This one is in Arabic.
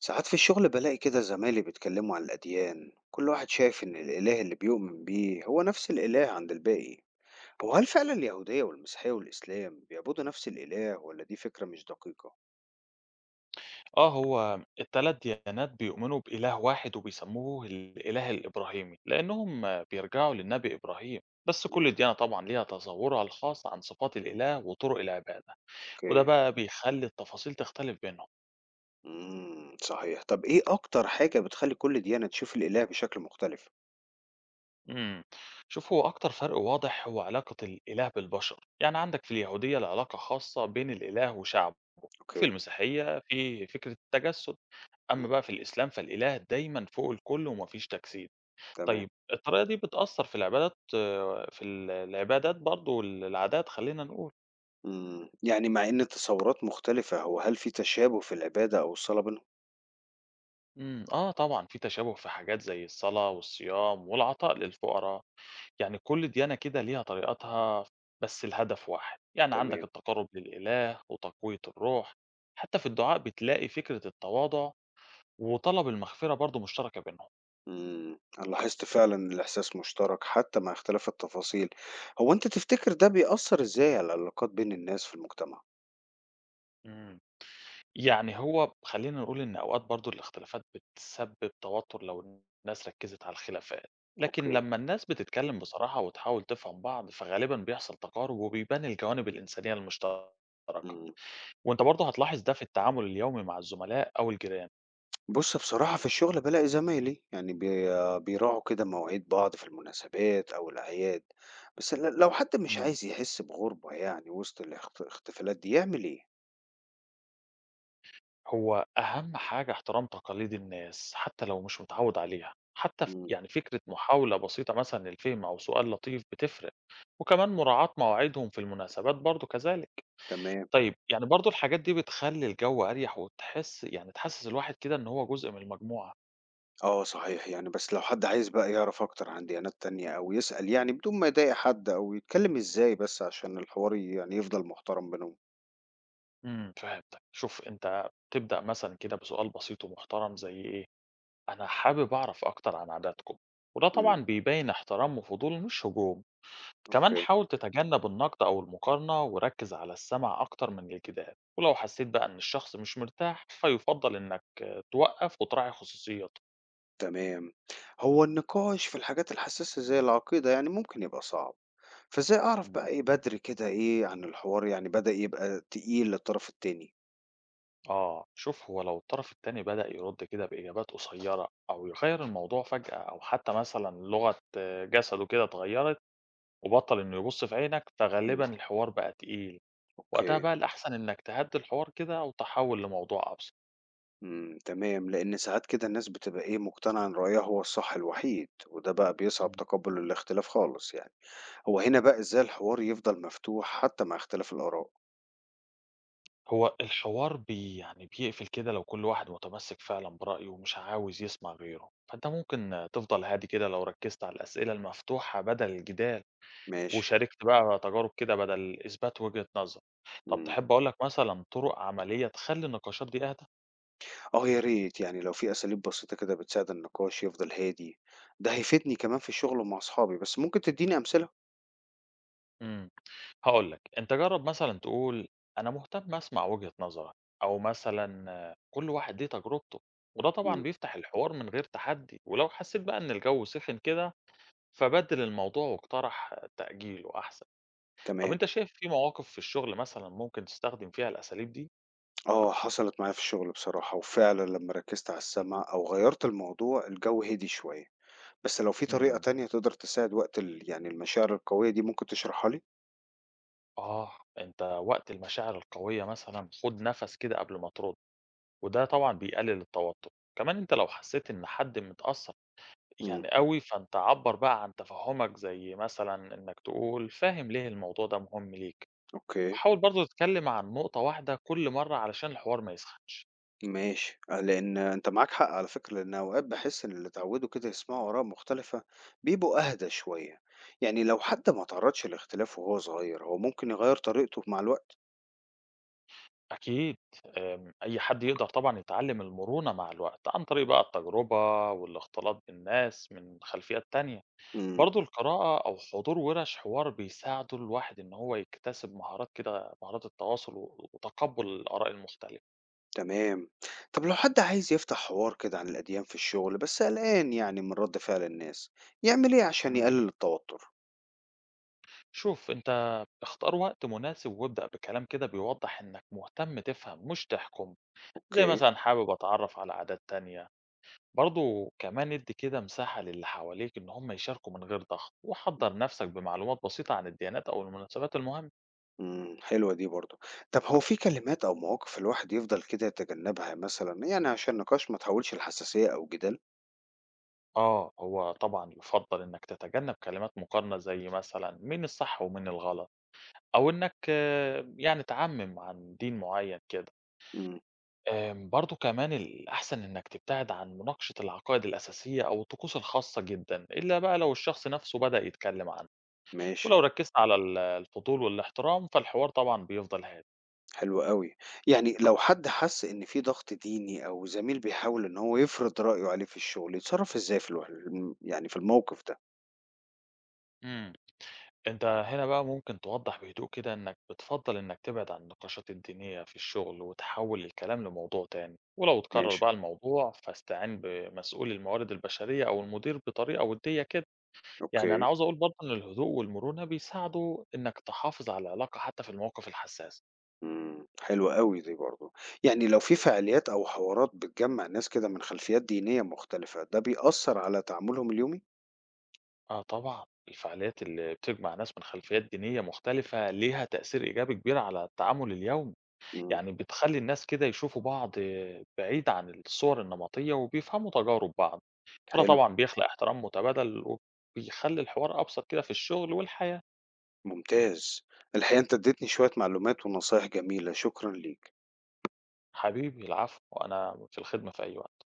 ساعات في الشغل بلاقي كده زمايلي بيتكلموا عن الأديان، كل واحد شايف إن الإله اللي بيؤمن بيه هو نفس الإله عند الباقي. هو هل فعلا اليهودية والمسيحية والإسلام بيعبدوا نفس الإله ولا دي فكرة مش دقيقة؟ آه، هو ال3 ديانات بيؤمنوا بإله واحد وبيسموه الإله الإبراهيمي، لأنهم بيرجعوا للنبي إبراهيم، بس كل مم، ديانة طبعًا ليها تصورها الخاص عن صفات الإله وطرق العبادة، وده أوكي. بقى بيخلي التفاصيل تختلف بينهم. صحيح، طب إيه أكتر حاجة بتخلي كل ديانة تشوف الإله بشكل مختلف؟ إمم، شوف هو أكتر فرق واضح هو علاقة الإله بالبشر، يعني عندك في اليهودية العلاقة خاصة بين الإله وشعبه، وفي أوكي. المسيحية في فكرة التجسد، أما مم. بقى في الإسلام فالإله دايمًا فوق الكل ومفيش تجسيد. تمام. طيب الطريقة دي بتأثّر في العبادات في ال العبادات برضه وال العادات خلّينا نقول. مم. يعني مع إن التصورات مختلفة، هو هل في تشابه في العبادة أو الصلاة بينهم؟ آه طبعًا في تشابه في حاجات زي الصلاة والصيام والعطاء للفقراء، يعني كل ديانة كده ليها طريقتها بس الهدف واحد، يعني تمام. عندك التقرُّب للإله وتقوية الروح، حتى في الدعاء بتلاقي فكرة التواضع وطلب المغفرة برضه مشتركة بينهم. أنا لاحظت فعلًا الإحساس مشترك حتى مع اختلاف التفاصيل. هو أنت تفتكر ده بيأثّر إزاي على العلاقات بين الناس في المجتمع؟ إمم. يعني هو خلّينا نقول إن أوقات برضه الاختلافات بتسبِّب توتُّر لو الناس ركّزت على الخلافات، لكن أوكي، لمّا الناس بتتكلّم بصراحة وتحاول تفهم بعض، فغالبًا بيحصل تقارُب وبيبان الجوانب الإنسانية المشتركة، إمم. وأنت برضه هتلاحظ ده في التعامل اليومي مع الزملاء أو الجيران. بُص، بصراحة في الشغل بالاقي زمايلي يعني بيراعوا كده مواعيد بعض في المناسبات أو الأعياد، بس لو حد مش إمم. عايز يحس بغُربة يعني وسط الاحتفالات دي يعمل إيه؟ هو أهَم حاجة احترام تقاليد الناس حتى لو مش متعوّد عليها، حتى إمم، يعني فكرة محاولة بسيطة مثلًا للفهم أو سؤال لطيف بتفرق، وكمان مراعاة مواعيدهم في المناسبات برضه كذلك. تمام. طيب، يعني برضه الحاجات دي بتخلّي الجو أريح وتحس يعني تحسّس الواحد كده إن هو جزء من المجموعة. آه صحيح، يعني بس لو حد عايز بقى يعرف أكتر عن ديانات تانية أو يسأل يعني بدون ما يضايق حد أو يتكلم إزاي بس عشان الحوار يعني يفضل محترم بينهم؟ إمم، فهمتك. شوف أنت تبدأ مثلًا كده بسؤال بسيط ومحترم زي إيه، أنا حابب أعرف أكتر عن عاداتكم، وده إمم، طبعًا بيبيّن احترام وفضول مش هجوم. كمان أوكي، حاول تتجنب النقد أو المقارنة وركّز على السمع أكتر من الجدال، ولو حسّيت بقى إن الشخص مش مرتاح فيُفضّل إنّك توقّف وتراعي خصوصيته. تمام. هو النقاش في الحاجات الحساسة زي العقيدة يعني ممكن يبقى صعب، فإزاي أعرف بقى إيه بدري كده إيه عن الحوار يعني بدأ يبقى تقيل للطرف التاني؟ آه شوف هو لو الطرف التاني بدأ يرد كده بإجابات قصيرة أو يغير الموضوع فجأة أو حتى مثلا لغة جسده كده اتغيرت وبطل إنه يبص في عينك إمم، فغالبا الحوار بقى تقيل. وقتها أوكي، بقى الأحسن إنك تهدي الحوار كده أو تحول لموضوع أبسط. إمم، تمام. لإن ساعات كده الناس بتبقى إيه مقتنعة إن رأيها هو الصح الوحيد، وده بقى بيصعب مم. تقبل الاختلاف خالص يعني. هو هنا بقى إزاي الحوار يفضل مفتوح حتى مع اختلاف الآراء؟ هو الحوار يعني بيقفل كده لو كل واحد متمسك فعلا برأيه ومش عاوز يسمع غيره فأنت ممكن تفضل هادي كده لو ركزت على الأسئلة المفتوحة بدل الجدال ماشي. وشاركت بقى تجارب كده بدل إثبات وجهة نظر. طب إمم. تحب أقول لك مثلًا طرق عملية تخلّي النقاشات دي أهدى؟ آه يا ريت، يعني لو في أساليب بسيطة كده بتساعد النقاش يفضل هادي، ده هيفيدني كمان في الشغل ومع أصحابي، بس ممكن تدّيني أمثلة؟ إمم، هاقول لك، أنت جرّب مثلًا تقول أنا مهتم أسمع وجهة نظرك، أو مثلًا كل واحد ليه تجربته، وده طبعًا إمم. بيفتح الحوار من غير تحدي، ولو حسيت بقى إن الجو سخن كده، فبدِّل الموضوع واقترح تأجيله أحسن. طب تمام. أنت شايف في مواقف في الشغل مثلًا ممكن تستخدم فيها الأساليب دي؟ آه، حصلت معايا في الشغل بصراحة، وفعلًا لمّا ركّزت على السمع أو غيّرت الموضوع، الجو هدي شوية. بس لو في طريقة إمم. تانية تقدر تساعد وقت يعني المشاعر القوية دي ممكن تشرحها لي؟ آه، أنت وقت المشاعر القوية مثلًا خُد نَفَس كده قبل ما ترُد، وده طبعًا بيقلل التوتر، كمان أنت لو حسيت إن حد متأثّر إمم، يعني أوي، فأنت عبّر بقى عن تفهُّمك زي مثلًا إنك تقول فاهم ليه الموضوع ده مهم ليك، أوكي. وحاول برضه تتكلم عن نقطة واحدة كل مرّة علشان الحوار ما يسخنش. ماشي، آه، لأن أنت معاك حق على فكرة، لأن أوقات بحس إن اللي اتعودوا كده يسمعوا آراء مختلفة بيبقوا أهدى شوية. يعني لو حد ما تعرضش لاختلاف وهو صغير، هو ممكن يغير طريقته مع الوقت. أكيد. أي حد يقدر طبعًا يتعلّم المرونة مع الوقت عن طريق بقى التجربة والاختلاط بالناس من خلفيات تانية. امم، برضه القراءة أو حضور ورش حوار بيساعدوا الواحد إن هو يكتسب مهارات كده مهارات التواصل وتقبل الآراء المختلفة. تمام. طب لو حد عايز يفتح حوار كده عن الأديان في الشغل بس قلقان يعني من رد فعل الناس، يعمل إيه عشان مم. يقلل التوتر؟ شوف أنت اختار وقت مناسب وابدأ بكلام كده بيوضح إنك مهتم تفهم مش تحكم زي أوكي. مثلا حابب أتعرف على عادات تانية. برضه كمان ادي كده مساحة للي حواليك إن هم يشاركوا من غير ضغط وحضر نفسك بمعلومات بسيطة عن الديانات أو المناسبات المهمة. حلوة دي برضه. طب هو في كلمات أو مواقف الواحد يفضل كده يتجنبها مثلا يعني عشان النقاش ما تحولش لحساسية أو جدال؟ آه هو طبعا يفضل إنك تتجنب كلمات مقارنة زي مثلا مين الصح ومين الغلط. أو إنك يعني تعمّم عن دين معيّن كده. امم. برضه كمان الأحسن إنك تبتعد عن مناقشة العقائد الأساسية أو الطقوس الخاصة جدًا، إلا بقى لو الشخص نَفْسه بدأ يتكلّم عنها، ماشي. ولو ركّزت على الفضول والاحترام فالحوار طبعًا بيفضل هادي. حلو أوي. يعني لو حد حس إن في ضغط ديني أو زميل بيحاول إن هو يفرض رأيه عليه في الشغل، يتصرّف إزاي في الوح الم يعني في الموقف ده؟ إمم. أنت هنا بقى ممكن توضّح بهدوء كده إنك بتفضّل إنك تبعد عن النقاشات الدينية في الشغل وتحوّل الكلام لموضوع تاني، ولو اتكرر ماشي، بقى الموضوع فاستعِن بمسؤول الموارد البشرية أو المدير بطريقة وديّة كده. يعني أوكي، أنا عاوز أقول برضه إن الهدوء والمرونة بيساعدوا إنك تحافظ على العلاقة حتى في المواقف الحساسة. إمم. حلوة أوي دي برضه. يعني لو في فعاليات أو حوارات بتجمّع ناس كده من خلفيات دينية مختلفة، ده بيأثّر على تعاملهم اليومي؟ آه طبعًا، الفعاليات اللي بتجمع ناس من خلفيات دينية مختلفة ليها تأثير إيجابي كبير على التعامل اليومي، إمم، يعني بتخلّي الناس كده يشوفوا بعض بعيد عن الصور النمطية وبيفهموا تجارب بعض، وده حلو، طبعًا بيخلق احترام متبادل وبيخلّي الحوار أبسط كده في الشغل والحياة. ممتاز. الحقيقة أنت ادّيتني شوية معلومات ونصايح جميلة، شكرًا ليك. حبيبي العفو، أنا في الخدمة في أي وقت.